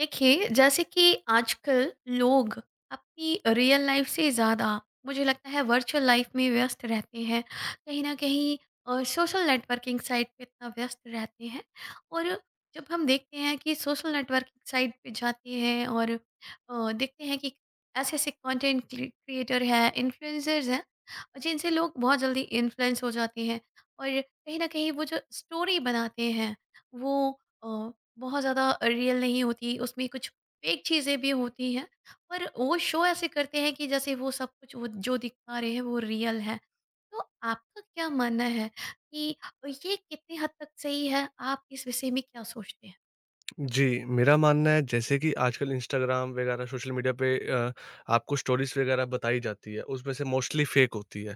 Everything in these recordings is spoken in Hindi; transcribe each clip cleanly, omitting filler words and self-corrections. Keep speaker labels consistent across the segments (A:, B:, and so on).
A: देखिए, जैसे कि आजकल लोग अपनी रियल लाइफ से ज़्यादा, मुझे लगता है, वर्चुअल लाइफ में व्यस्त रहते हैं। कहीं ना कहीं सोशल नेटवर्किंग साइट पे इतना व्यस्त रहते हैं। और जब हम देखते हैं कि सोशल नेटवर्किंग साइट पे जाते हैं और देखते हैं कि ऐसे ऐसे कंटेंट क्रिएटर हैं, इन्फ्लुएंसर्स हैं, जिनसे लोग बहुत जल्दी इन्फ्लुएंस हो जाते हैं। और कहीं ना कहीं वो जो स्टोरी बनाते हैं वो बहुत ज़्यादा रियल नहीं होती। उसमें कुछ फेक चीज़ें भी होती हैं। पर वो शो ऐसे करते हैं कि जैसे वो सब कुछ, वो जो दिखा रहे हैं, वो रियल है। तो आपका क्या मानना है कि ये कितनी हद तक सही है? आप इस विषय में क्या सोचते हैं?
B: जी, मेरा मानना है जैसे कि आजकल इंस्टाग्राम वगैरह सोशल मीडिया पे आपको स्टोरीज़ वगैरह बताई जाती है, उसमें से मोस्टली फ़ेक होती है।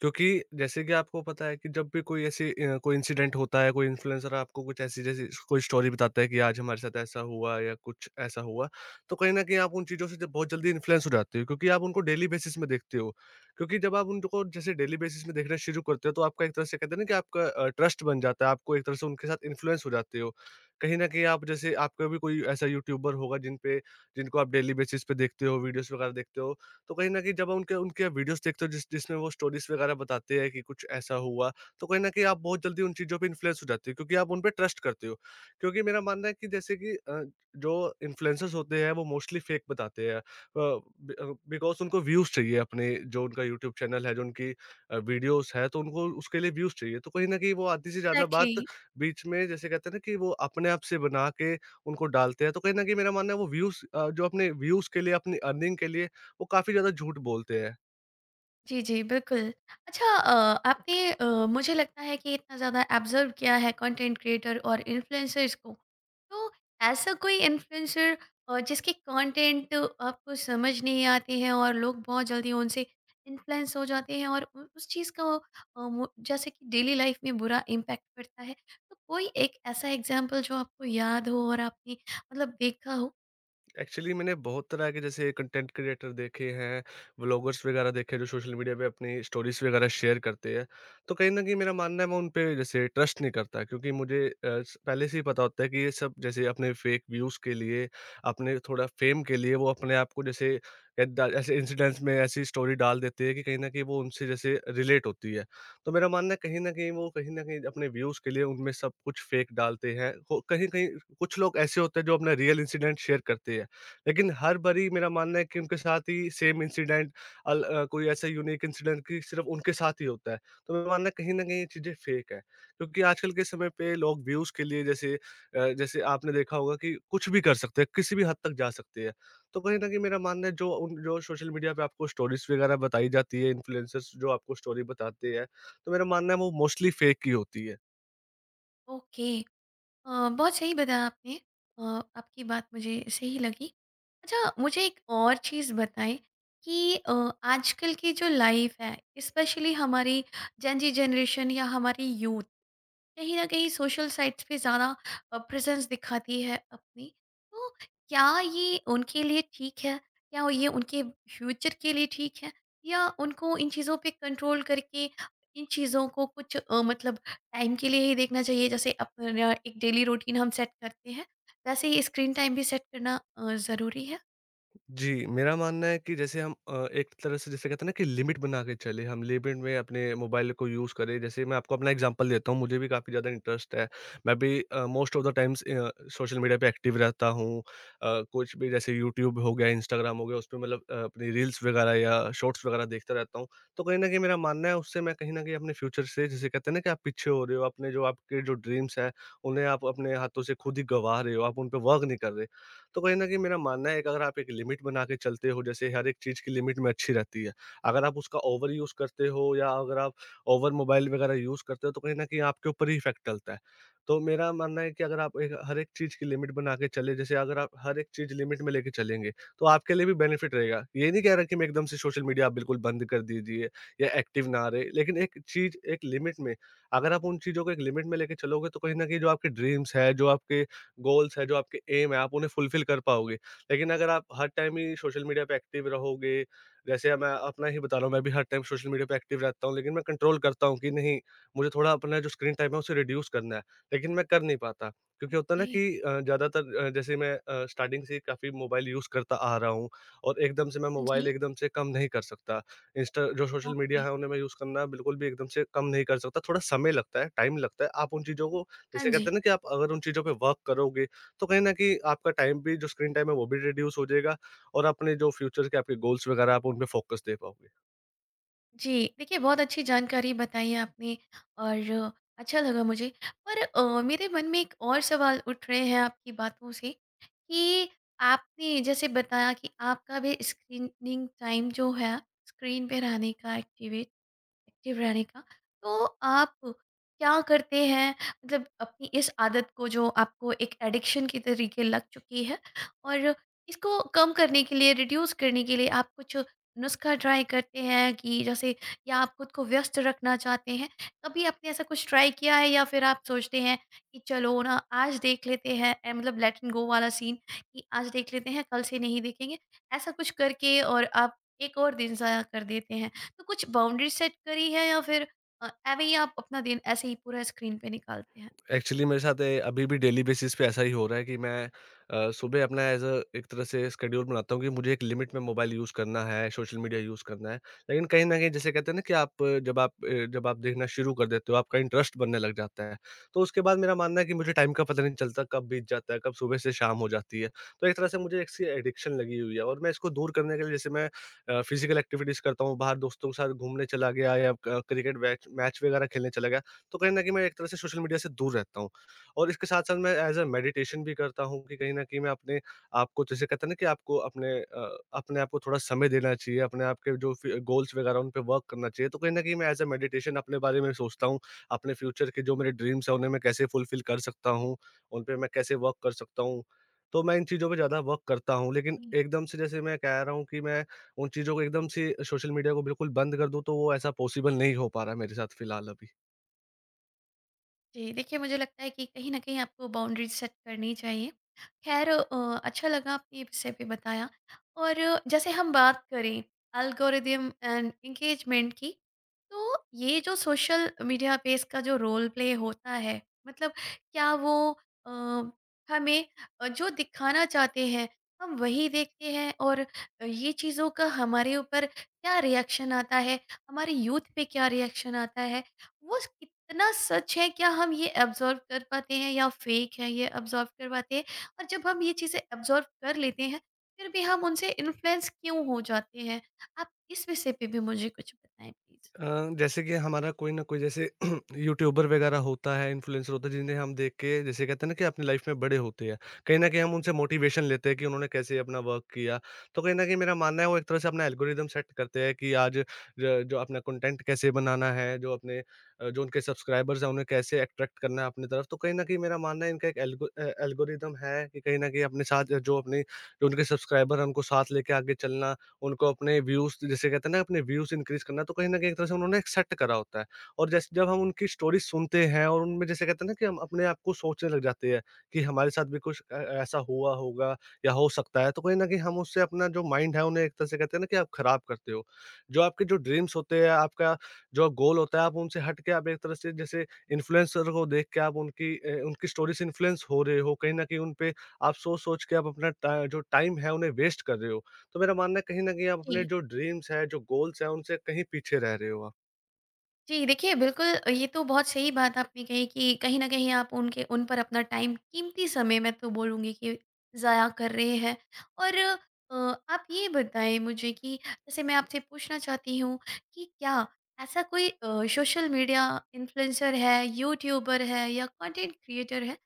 B: क्योंकि जैसे कि आपको पता है कि जब भी कोई ऐसी कोई इंसिडेंट होता है, कोई इन्फ्लुएंसर आपको कुछ ऐसी जैसी कोई स्टोरी बताता है कि आज हमारे साथ ऐसा हुआ या कुछ ऐसा हुआ, तो कहीं न कहीं आप उन चीज़ों से जब बहुत जल्दी इन्फ्लुएंस हो जाते हो क्योंकि आप उनको डेली बेसिस में देखते हो। क्योंकि जब आप उनको जैसे डेली बेसिस में देखना शुरू करते हो, तो आपका एक तरह से कहते हैं ना कि आपका ट्रस्ट बन जाता है, आपको एक तरह से उनके साथ इन्फ्लुएंस हो जाते हो। कहीं न कहीं आप जैसे आपका भी कोई ऐसा यूट्यूबर होगा जिनको आप डेली बेसिस पे देखते हो, वीडियोज़ वगैरह देखते हो। तो कहीं न कहीं जब उनके उनके वीडियोज़ देखते हो जिसमें वो स्टोरीज़ वगैरह बताते हैं कि कुछ ऐसा हुआ, तो कहीं न कहीं आप बहुत जल्दी उन चीज़ों पे इन्फ्लुएंस हो जाते हो क्योंकि आप उन पे ट्रस्ट करते हो। क्योंकि मेरा मानना है कि जैसे कि जो इन्फ्लुएंसर्स होते हैं, वो मोस्टली फेक बताते हैं। बि अ, बिकॉज़ उनको व्यूज़ चाहिए, अपने जो उनका यूट्यूब चैनल है, जो उनकी वीडियोज़ है, तो उनको उसके लिए व्यूज़ चाहिए। तो कहीं न कहीं वो आधी से ज़्यादा
A: एग्जैक्टली
B: बात
A: exactly।
B: बीच में, जैसे कहते हैं ना कि, वो अपने आप से बना के उनको डालते हैं। तो कहीं न कहीं मेरा मानना है, वो व्यूज़ जो अपने व्यूज़ के लिए, अपनी अर्निंग के लिए वो काफ़ी ज़्यादा झूठ बोलते हैं।
A: जी जी बिल्कुल। अच्छा, आपने मुझे लगता है कि इतना ज़्यादा ऑब्जर्व किया है कंटेंट क्रिएटर और इन्फ्लुएंसर्स को। तो ऐसा कोई इन्फ्लुएंसर जिसके कंटेंट आपको समझ नहीं आते हैं और लोग बहुत जल्दी उनसे इन्फ्लुएंस हो जाते हैं, और उस चीज़ का जैसे कि डेली लाइफ में बुरा इम्पैक्ट पड़ता है। तो कोई एक ऐसा एग्जाम्पल जो आपको याद हो और आपने मतलब देखा हो।
B: एक्चुअली मैंने बहुत तरह के जैसे कंटेंट क्रिएटर देखे हैं, व्लॉगर्स वगैरह देखे हैं, जो सोशल मीडिया पे अपनी स्टोरीज़ वगैरह शेयर करते हैं। तो कहीं न कहीं मेरा मानना है मैं उन पे जैसे ट्रस्ट नहीं करता, क्योंकि मुझे अ, स पहले से ही पता होता है कि ये सब जैसे अपने फेक व्यूज़ के लिए, अपने थोड़ा फेम के लिए वो अपने आप को जैसे एदा ऐसे इंसिडेंट्स में ऐसी स्टोरी डाल देते हैं कि कहीं न कहीं वो उनसे जैसे रिलेट होती है। तो मेरा मानना है, कहीं न कहीं अपने व्यूज़ के लिए उनमें सब कुछ फेक डालते हैं। हो कहीं-कहीं कुछ लोग ऐसे होते हैं जो अपना रियल इंसिडेंट शेयर करते हैं। लेकिन हर बारी मेरा मानना है कि उनके साथ ही सेम इंसिडेंट, कोई ऐसा यूनिक इंसिडेंट कि सिर्फ़ उनके साथ ही होता है। तो मेरा मानना है कहीं न कहीं ये चीज़ें फ़ेक है। क्योंकि आजकल के समय पे लोग व्यूज़ के लिए, जैसे आपने देखा होगा, कि कुछ भी कर सकते हैं, किसी भी हद तक जा सकते हैं। तो कहीं न कहीं मेरा मानना है, जो सोशल मीडिया पे आपको स्टोरीज़ वगैरह बताई जाती है, इन्फ्लुएंसर्स जो आपको स्टोरी बताते हैं, तो मेरा मानना है वो मोस्टली फ़ेक ही होती है।
A: ओके, बहुत सही बताया आपने। अ, आपकी बात मुझे सही लगी। अच्छा, मुझे एक और चीज़ बताएँ कि आजकल की जो लाइफ है, स्पेशली हमारी जेन ज़ी जनरेशन या हमारी यूथ, कहीं न कहीं सोशल साइट्स पे ज़्यादा प्रेज़ेंस दिखाती है अपनी। तो क्या ये उनके लिए ठीक है? क्या ये उनके फ्यूचर के लिए ठीक है? या उनको इन चीज़ों पे कंट्रोल करके इन चीज़ों को कुछ मतलब टाइम के लिए ही देखना चाहिए? जैसे अपना एक डेली रूटीन हम सेट करते हैं, वैसे ही स्क्रीन टाइम भी सेट करना ज़रूरी है?
B: जी, मेरा मानना है कि जैसे हम एक तरह से, जैसे कहते हैं ना, कि लिमिट बना के चलें, हम लिमिट में अपने मोबाइल को यूज़ करें। जैसे मैं आपको अपना एग्ज़ाम्पल देता हूँ, मुझे भी काफ़ी ज़्यादा इंटरेस्ट है। मैं भी most of the times social media पे एक्टिव रहता हूँ। कुछ भी जैसे यूट्यूब हो गया, इंस्टाग्राम हो गया, उसपे मतलब अपनी रील्स वगैरह या शॉर्ट्स वगैरह देखता रहता हूँ। तो कहीं न कहीं मेरा मानना है, उससे मैं कहीं न कहीं अपने फ्यूचर से, जिसे कहते हैं ना कि आप पीछे हो रहे हो, अपने जो आपके जो ड्रीम्स हैं, उन्हें आप अपने हाथों से खुद ही गँवा रहे हो, आप उन पे वर्क नहीं कर रहे। तो कहीं न कहीं मेरा मानना है कि अगर आप एक लिमिट बना के चलते हो, जैसे हर एक चीज़ की लिमिट में अच्छी रहती है। अगर आप उसका ओवर यूज़ करते हो, या अगर आप ओवर मोबाइल वगैरह यूज़ करते हो, तो कहीं न कहीं आपके ऊपर ही इफ़ेक्ट डलता है। तो मेरा मानना है कि अगर आप एक हर एक चीज़ की लिमिट बना के चले, जैसे अगर आप हर एक चीज़ लिमिट में लेके चलेंगे, तो आपके लिए भी बेनिफिट रहेगा। ये नहीं कह रहा कि मैं एकदम से सोशल मीडिया आप बिल्कुल बंद कर दीजिए, या एक्टिव ना रहे, लेकिन एक चीज़ एक लिमिट में, अगर आप उन चीज़ों को एक लिमिट में लेके चलोगे, तो कहीं न कहीं जो आपके ड्रीम्स हैं, जो आपके गोल्स है, जो आपके एम है, आप उन्हें फुलफ़िल कर पाओगे। लेकिन अगर आप हर टाइम ही सोशल मीडिया पे एक्टिव रहोगे, जैसे मैं अपना ही बता रहा हूँ, मैं भी हर टाइम सोशल मीडिया पे एक्टिव रहता हूँ, लेकिन मैं कंट्रोल करता हूँ कि नहीं, मुझे थोड़ा अपना जो स्क्रीन टाइम है, उसे रिड्यूस करना है। लेकिन मैं कर नहीं पाता, क्योंकि होता है ना
A: ओके।
B: कि ज़्यादातर जैसे मैं स्टार्टिंग से ही काफ़ी मोबाइल यूज़ करता आ रहा हूँ, और एकदम से मैं
A: हाँ
B: मोबाइल
A: जी।
B: एकदम से कम नहीं कर सकता। इंस्टा जो सोशल
A: ओके।
B: मीडिया है, उन्हें मैं यूज़ करना बिल्कुल भी एकदम से कम नहीं कर सकता। थोड़ा समय लगता है, टाइम लगता है। आप उन चीज़ों को,
A: हाँ
B: जैसे
A: जी।
B: कहते हैं ना, कि आप अगर उन चीज़ों पे वर्क करोगे, तो कहीं न कहीं आपका टाइम भी जो स्क्रीन टाइम है वो भी रिड्यूस हो जाएगा, और अपने जो फ्यूचर के आपके गोल्स वगैरह, आप उन पे फ़ोकस दे पाओगे।
A: जी, देखिए बहुत अच्छी जानकारी बताई है आपने, और अच्छा लगा मुझे। पर मेरे मन में एक और सवाल उठ रहे हैं आपकी बातों से कि आपने जैसे बताया कि आपका भी स्क्रीनिंग टाइम जो है, स्क्रीन पे रहने का एक्टिवेट एक्टिव रहने का, तो आप क्या करते हैं? मतलब अपनी इस आदत को, जो आपको एक एडिक्शन की तरीके लग चुकी है, और इसको कम करने के लिए, रिड्यूस करने के लिए, आप कुछ नुस्खा ट्राई करते हैं कि जैसे या आप खुद को व्यस्त रखना चाहते हैं? कभी आपने ऐसा कुछ ट्राई किया है या फिर आप सोचते हैं कि चलो ना, आज देख लेते हैं, ए, मतलब लेट एंड गो वाला सीन कि आज देख लेते हैं कल से नहीं देखेंगे, ऐसा कुछ करके और आप एक और दिन ज़ाया कर देते हैं? तो कुछ बाउंड्री सेट करी है या फिर ऐवे ही आप अपना दिन ऐसे ही पूरा स्क्रीन पे निकालते हैं?
B: एक्चुअली मेरे साथ अभी भी डेली बेसिस पे ऐसा ही हो रहा है कि मैं सुबह अपना एज अ एक तरह से स्केड्यूल बनाता हूँ, कि मुझे एक लिमिट में मोबाइल यूज़ करना है, सोशल मीडिया यूज़ करना है। लेकिन कहीं न कहीं, जैसे कहते हैं ना, कि जब आप देखना शुरू कर देते हो, आपका इंटरेस्ट बनने लग जाता है। तो उसके बाद मेरा मानना है कि मुझे टाइम का पता नहीं चलता, कब बीत जाता है, कब सुबह से शाम हो जाती है। तो एक तरह से मुझे इसकी एडिक्शन लगी हुई है, और मैं इसको दूर करने के लिए, जैसे मैं फिज़िकल एक्टिविटीज़ करता हूँ, बाहर दोस्तों के साथ घूमने चला गया, या क क्रिकेट वैच मैच वगैरह खेलने चला गया। तो कहीं न कहीं मैं एक तरह से सोशल मीडिया से दूर रहता हूँ। और इसके साथ-साथ मैं एज़ अ मेडिटेशन भी करता हूँ, कि कहीं न कहीं मैं अपने आप को, जैसे कहते हैं ना, कि आपको अपने आप को थोड़ा समय देना चाहिए, अपने आप के जो फ़ि गोल्स वगैरह उन पे वर्क करना चाहिए। तो कहीं न कहीं मैं एज़ अ मेडिटेशन अपने बारे में सोचता हूँ, अपने फ्यूचर के जो मेरे ड्रीम्स हैं उन्हें मैं कैसे फुलफ़िल कर सकता हूँ, उन पे मैं कैसे वर्क कर सकता हूँ। तो मैं इन चीज़ों पे ज़्यादा वर्क करता हूँ, लेकिन एकदम से, जैसे मैं कह रहा हूँ कि मैं उन चीज़ों को एकदम से सोशल मीडिया को बिल्कुल बंद कर दूँ, तो वो ऐसा पॉसिबल नहीं हो पा रहा है मेरे साथ फ़िलहाल अभी।
A: जी, देखिए मुझे लगता है कि कहीं न कहीं आपको बाउंड्रीज़ सेट करनी चाहिए। ख़ैर, अच्छा लगा आपने ये विषय पे बताया। और जैसे हम बात करें एल्गोरिदम एंड एंगेजमेंट की, तो ये जो सोशल मीडिया पे इसका जो रोल प्ले होता है, मतलब क्या वो अ, हमें जो दिखाना चाहते हैं, हम वही देखते हैं, और ये चीज़ों का हमारे ऊपर क्या रिएक्शन आता है, हमारे यूथ पे क्या रिएक्शन आता है, वो कितना सच है? क्या हम ये एब्जॉर्व कर पाते हैं या फेक है ये एब्जॉर्व कर पाते हैं? और जब हम ये चीज़ें एब्जॉर्व कर लेते हैं फिर भी हम उनसे इन्फ्लुएंस क्यों हो जाते हैं? आप इस विषय पे भी मुझे कुछ बताएं प्लीज।
B: अ, जैसे कि हमारा कोई ना कोई जैसे यूट्यूबर वगैरह होता है, इन्फ्लुएंसर होता है, जिन्हें हम देख के, जैसे कहते हैं ना, कि अपनी लाइफ में बड़े होते हैं। कहीं न कहीं हम उनसे मोटिवेशन लेते हैं कि उन्होंने कैसे अपना वर्क किया। तो कहीं न कहीं मेरा मानना है वो एक तरह से अपना एल्गोरिदम सेट करते हैं कि आज ज जो अपना कंटेंट कैसे बनाना है, जो उनके सब्सक्राइबर्स हैं उन्हें कैसे अट्रैक्ट करना है अपनी तरफ। तो कहीं न कहीं मेरा मानना है, इनका एक एल्गोरिदम है कि कहीं न कहीं अपने साथ जो उनके सब्सक्राइबर हैं उनको साथ लेके आगे चलना। उनको अपने व्यूज़, जिसे कहते हैं ना, अपने व्यूज़ इंक्रीज़ करना, तो कहीं न कहीं एक तरह से उन्होंने एक्सेप्ट करा होता है। और जैसे जब हम उनकी स्टोरी सुनते हैं, और उनमें, जैसे कहते हैं ना, कि हम अपने आप को सोचने लग जाते हैं कि हमारे साथ भी कुछ ऐसा हुआ होगा या हो सकता है, तो कहीं न कहीं हम उससे अपना जो माइंड है उन्हें एक तरह से, कहते हैं ना, कि आप खराब करते हो। जो आपके जो ड्रीम्स होते हैं, आपका जो गोल होता है, आप उनसे हट के, आप एक तरह से जैसे इन्फ्लुएंसर को देख के, आप उनकी स्टोरी से इन्फ्लुएंस हो रहे हो, कहीं न कहीं उन पे आप सोच-सोच के आप अपना टा जो टाइम है उन्हें वेस्ट कर रहे हो। तो मेरा मानना है कहीं न कहीं आप अपने
A: जी।
B: जो ड्रीम्स हैं, जो गोल्स हैं, उनसे कहीं पीछे रह रहे हो आप।
A: जी, देखिए बिल्कुल। ये तो बहुत सही बात आपने कही कि कहीं न कहीं आप उनके उन पर अपना टाइम, कीमती समय मैं तो बोलूँगी, कि ज़ाया कर रहे हैं। और आप ये बताएँ मुझे कि जैसे मैं आपसे पूछना चाहती हूँ कि क्या ऐसा कोई सोशल मीडिया इन्फ्लुएंसर है, यूट्यूबर है या कंटेंट क्रिएटर है,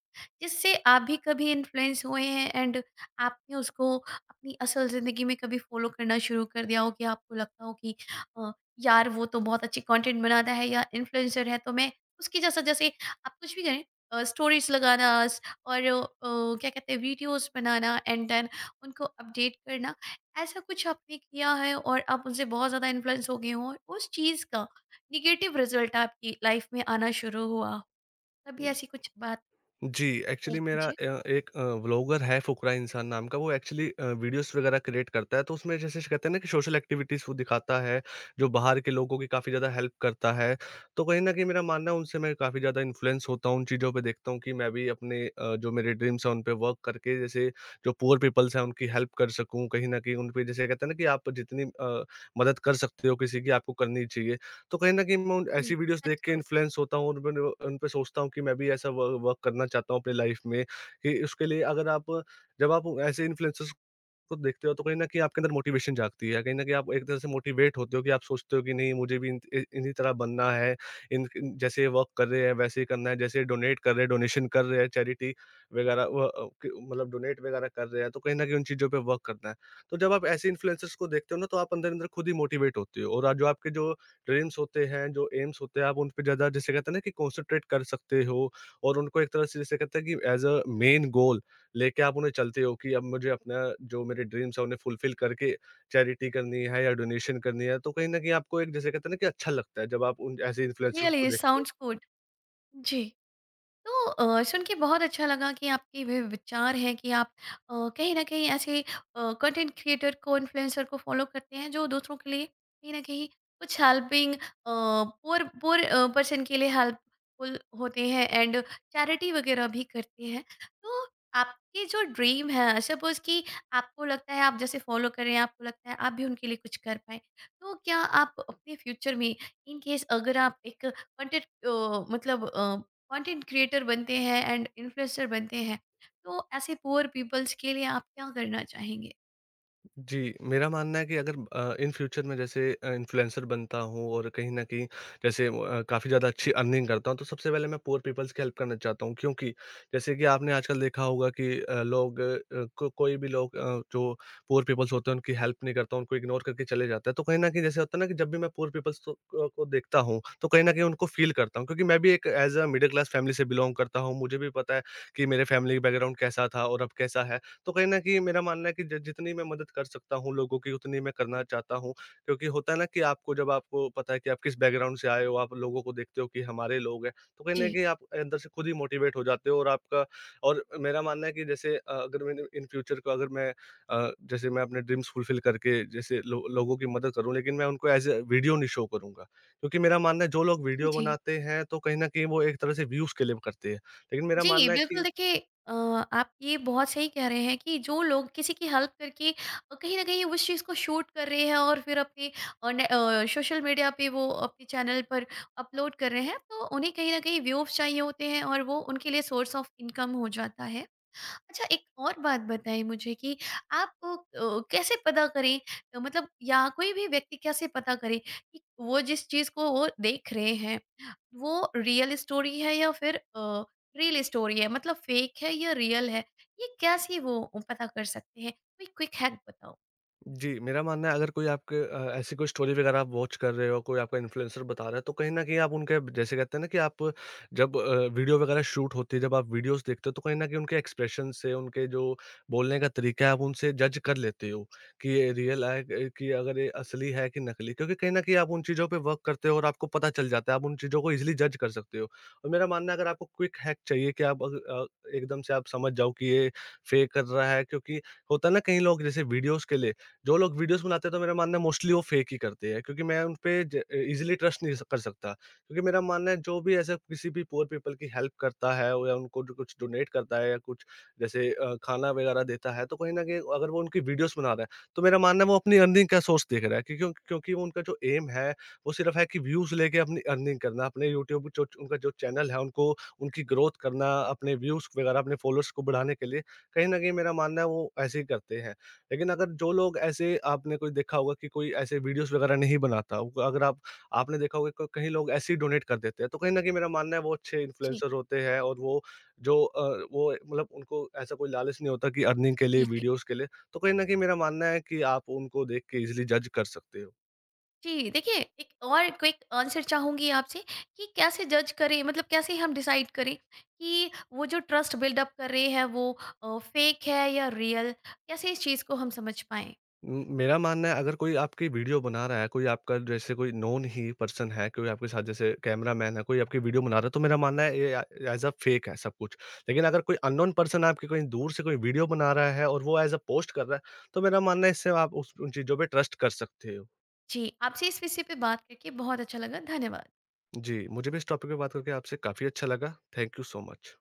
A: जिससे आप भी कभी इन्फ्लुएंस हुए हैं एंड आपने उसको अपनी असल ज़िंदगी में कभी फ़ॉलो करना शुरू कर दिया हो कि आपको लगता हो कि अ, यार वो तो बहुत अच्छे कंटेंट बनाता है या इन्फ्लुएंसर है तो मैं उसकी जैसा जैसे आप कुछ भी करें, स्टोरीज लगाना और क्या कहते हैं, वीडियोस बनाना एंड देन उनको अपडेट करना, ऐसा कुछ आपने किया है और आप उनसे बहुत ज़्यादा इन्फ्लुएंस हो गए हो और उस चीज़ का निगेटिव रिजल्ट आपकी लाइफ में आना शुरू हुआ हो, तभी ऐसी कुछ बात
B: जी,
A: शेयर
B: एक्चुअली मेरा
A: कीजिए।
B: एक व्लॉगर है फुकरा इंसान नाम का, वो एक्चुअली वीडियोज़ वगैरह क्रिएट करता है, तो उसमें, जैसे कहते हैं ना, कि सोशल एक्टिविटीज़ वो दिखाता है, जो बाहर के लोगों की काफ़ी ज़्यादा हेल्प करता है। तो कहीं न कहीं मेरा मानना है उनसे मैं काफ़ी ज़्यादा इन्फ्लुएंस होता हूँ, उन चीज़ों पे देखता हूँ कि मैं भी अपने जो मेरे ड्रीम्स हैं, उन पे वर्क करके जैसे जो पुअर पीपल्स हैं, उनकी हेल्प कर सकूँ। कहीं न कहीं उन पे जैसे कहते हैं ना कि आप जितनी मदद कर सकते हो किसी की, आपको करनी चाहिए। तो कहीं न कहीं मैं उन
A: जी,
B: ऐसी वीडियोज़ देख
A: दैट्स
B: के
A: गुड।
B: इन्फ्लुएंस होता हूँ और मैंने उन पे सोचता हूँ कि मैं भी ऐसा व वर्क करना चाहता हूँ अपनी लाइफ़ में, कि उसके लिए अगर आप जब आप ऐसे इन्फ्लुएंसर्स को देखते हो तो कहीं न कहीं आपके अंदर मोटिवेशन जागती है। कहीं न कहीं आप एक तरह से मोटिवेट होते हो कि आप सोचते हो कि नहीं, मुझे भी इन इ इन्हीं तरह बनना है, इन इन जैसे ये वर्क कर रहे हैं वैसे ही करना है, जैसे डोनेट कर रहे हैं, डोनेशन कर रहे हैं, चैरिटी वगैरह, व अ, क मतलब डोनेट वगैरह कर रहे हैं, तो कहीं न कहीं उन चीज़ों पे वर्क करना है। तो जब आप ऐसे इन्फ्लुएंसर्स को देखते हो ना, तो आप अंदर-अंदर खुद ही मोटिवेट होते हो, और जो आपके जो ड्रीम्स होते हैं, जो एम्स होते हैं, आप उन पे ज़्यादा जैसे कहते हैं ना कि कॉन्संट्रेट कर सकते हो, और उनको एक तरह से जैसे कहते हैं कि एज़ अ मेन गोल लेके आप उन्हें चलते हो कि अब मुझे अपना जो मेरे ड्रीम्स हैं, उन्हें फुलफिल करके चैरिटी करनी है या डोनेशन करनी है। तो कहीं न कहीं आपको एक जैसे कहते हैं ना कि अच्छा लगता है, जब आप उन ऐसे इन्फ्लुएंसर्स को
A: रियली
B: देखते हो।
A: Sounds good. जी। तो सुन के बहुत अच्छा लगा कि आपके वे विचार हैं कि आप कहीं न कहीं ऐसे कंटेंट क्रिएटर को, इन्फ्लुएंसर को फ़ॉलो करते हैं जो दूसरों के लिए कहीं न कहीं कुछ हेल्पिंग पुअर पुअर पर्सन के लिए हेल्पफुल होते हैं एंड चैरिटी वगैरह भी करते हैं। तो आपकी जो ड्रीम है, सपोज़, कि आपको लगता है आप जैसे फ़ॉलो कर रहे हैं, आपको लगता है आप भी उनके लिए कुछ कर पाएँ। तो क्या आप अपने फ्यूचर में, इन केस अगर आप एक कंटेंट कंटेंट क्रिएटर बनते हैं एंड इन्फ्लुएंसर बनते हैं, तो ऐसे पुअर पीपल्स के लिए आप क्या करना चाहेंगे?
B: जी, मेरा मानना है कि अगर इन फ्यूचर में जैसे इन्फ्लुएंसर बनता हूँ और कहीं न कहीं जैसे काफ़ी ज़्यादा अच्छी अर्निंग करता हूँ, तो सबसे पहले मैं पुअर पीपल्स की हेल्प करना चाहता हूँ। क्योंकि जैसे कि आपने आजकल देखा होगा कि लोग को कोई भी लोग जो पुअर पीपल्स होते हैं उनकी हेल्प नहीं करता, उनको इग्नोर करके चले जाता है। तो कहीं न कहीं जैसे होता है ना कि जब भी मैं पुअर पीपल्स को देखता हूँ, तो कहीं न कहीं उनको फ़ील करता हूँ। क्योंकि मैं भी एक as a middle class family से बिलॉन्ग करता हूँ, मुझे भी पता है कि मेरे फैमिली बैकग्राउंड कैसा था और अब कैसा है। तो कहीं न कहीं मेरा मानना है कि ज जितनी मैं मदद कर सकता हूँ लोगों की, उतनी मैं करना चाहता हूँ। क्योंकि होता है ना कि आपको जब आपको पता है कि आप किस बैकग्राउंड से आए हो, आप लोगों को देखते हो कि हमारे लोग हैं, तो कहीं
A: जी।
B: न कहीं आप अंदर से खुद ही मोटिवेट हो जाते हो, और आपका और मेरा मानना है कि जैसे अगर मैंने इन फ्यूचर को अगर मैं जैसे मैं अपने ड्रीम्स फुलफिल करके जैसे लो लोगों की मदद करूँ, लेकिन मैं उनको एज़ अ वीडियो नहीं शो करूँगा। क्योंकि मेरा मानना है जो लोग
A: जी।
B: वीडियो
A: जी।
B: बनाते हैं, तो कहीं न कहीं वो एक तरह से व्यूज़ के लिए करते हैं। लेकिन मेरा
A: जी
B: मानना है
A: बिल्कुल।
B: कि
A: देखिए, आप ये बहुत सही कह रहे हैं कि जो लोग किसी की हेल्प करके कहीं ना कहीं उस चीज़ को शूट कर रहे हैं और फिर अपने सोशल मीडिया पे, वो अपने चैनल पर अपलोड कर रहे हैं, तो उन्हें कहीं ना कहीं व्यूज चाहिए होते हैं और वो उनके लिए सोर्स ऑफ इनकम हो जाता है। अच्छा, एक और बात बताइए मुझे कि आप कैसे पता करें, मतलब या कोई भी व्यक्ति कैसे पता करे कि वो जिस चीज को वो देख रहे हैं वो रियल स्टोरी है या फिर रियल स्टोरी है मतलब फेक है या रियल है, ये कैसे वो पता कर सकते हैं? कोई क्विक हैक बताओ।
B: जी, मेरा मानना है, अगर कोई आपके ऐसी कोई स्टोरी वगैरह आप वॉच कर रहे हो, कोई आपका इन्फ्लुएंसर बता रहा है, तो कहीं न कहीं आप उनके जैसे कहते हैं ना कि आप जब वीडियो वगैरह शूट होती है, जब आप वीडियोज़ देखते हो, तो कहीं न कहीं उनके एक्सप्रेशन से, उनके जो बोलने का तरीका है, आप उनसे जज कर लेते हो कि ये रियल है कि अगर ये असली है कि नकली। क्योंकि कहीं न कहीं आप उन चीज़ों पे वर्क करते हो और आपको पता चल जाता है, आप उन चीज़ों को ईज़िली जज कर सकते हो। और मेरा मानना है, अगर आपको क्विक हैक चाहिए कि आप एकदम से आप समझ जाओ कि ये फेक कर रहा है, क्योंकि होता है ना, कई लोग जैसे वीडियोज़ के लिए, जो लोग वीडियोज़ बनाते हैं, तो मेरा मानना है मोस्टली वो फेक ही करते हैं, क्योंकि मैं उनपे ज ईज़िली ट्रस्ट नहीं कर सकता। क्योंकि मेरा मानना है, जो भी ऐसे किसी भी पुअर पीपल की हेल्प करता है या उनको जो कुछ डोनेट करता है या कुछ जैसे खाना वगैरह देता है, तो कहीं न कहीं अगर वो उनकी वीडियोज़ बना रहा है, तो मेरा मानना है वो अपनी अर्निंग का सोर्स देख रहा है। क्योंकि वो उनका जो ऐम है, वो सिर्फ़ है कि व्यूज़ लेके अपनी अर्निंग करना, अपने यूट्यूब पे जो उनका जो चैनल है उनको उनकी ग्रोथ करना, अपने व्यूज़ वगैरह, अपने फ़ॉलोअर्स को बढ़ाने के लिए, कहीं न कहीं मेरा मानना है वो ऐसे ही करते हैं। लेकिन अगर जो लोग ऐसे आपने कोई देखा होगा कि कोई ऐसे वीडियोज़ वगैरह नहीं बनाता, वो अगर आप आपने देखा होगा क कहीं लोग ऐसे ही डोनेट कर देते हैं, तो कहीं न कहीं मेरा मानना है वो अच्छे
A: जी।
B: इन्फ्लुएंसर होते हैं, और जो अ, वो मतलब उनको ऐसा कोई लालच नहीं होता कि अर्निंग के लिए,
A: जी,
B: वीडियोज़ के लिए। तो कहीं न कहीं मेरा मानना है कि आप उनको देख के ईज़िली जज कर सकते हो।
A: जी, देखिए एक और क्विक आंसर चाहूँगी आपसे कि कैसे जज करें, मतलब कैसे हम डिसाइड करें कि वो जो ट्रस्ट बिल्डअप कर रहे हैं वो फेक है या रियल, कैसे इस चीज़ को हम समझ पाएँ?
B: मेरा मानना है, अगर कोई आपकी वीडियो बना रहा है, कोई आपका जैसे कोई नोन ही पर्सन है, कोई आपके साथ जैसे कैमरामैन है, कोई आपकी वीडियो बना रहा है, तो मेरा मानना है ये एज़ अ फ़ेक है सब कुछ। लेकिन अगर कोई अननोन पर्सन आपकी कहीं दूर से कोई वीडियो बना रहा है और वो एज़ अ पोस्ट कर रहा है, तो मेरा मानना है इससे आप उस उन चीज़ों पे ट्रस्ट कर सकते हो।
A: जी, आपसे इस विषय पे बात करके बहुत अच्छा लगा। धन्यवाद।
B: जी, मुझे भी इस टॉपिक पे बात करके आपसे काफ़ी अच्छा लगा। Thank you so much.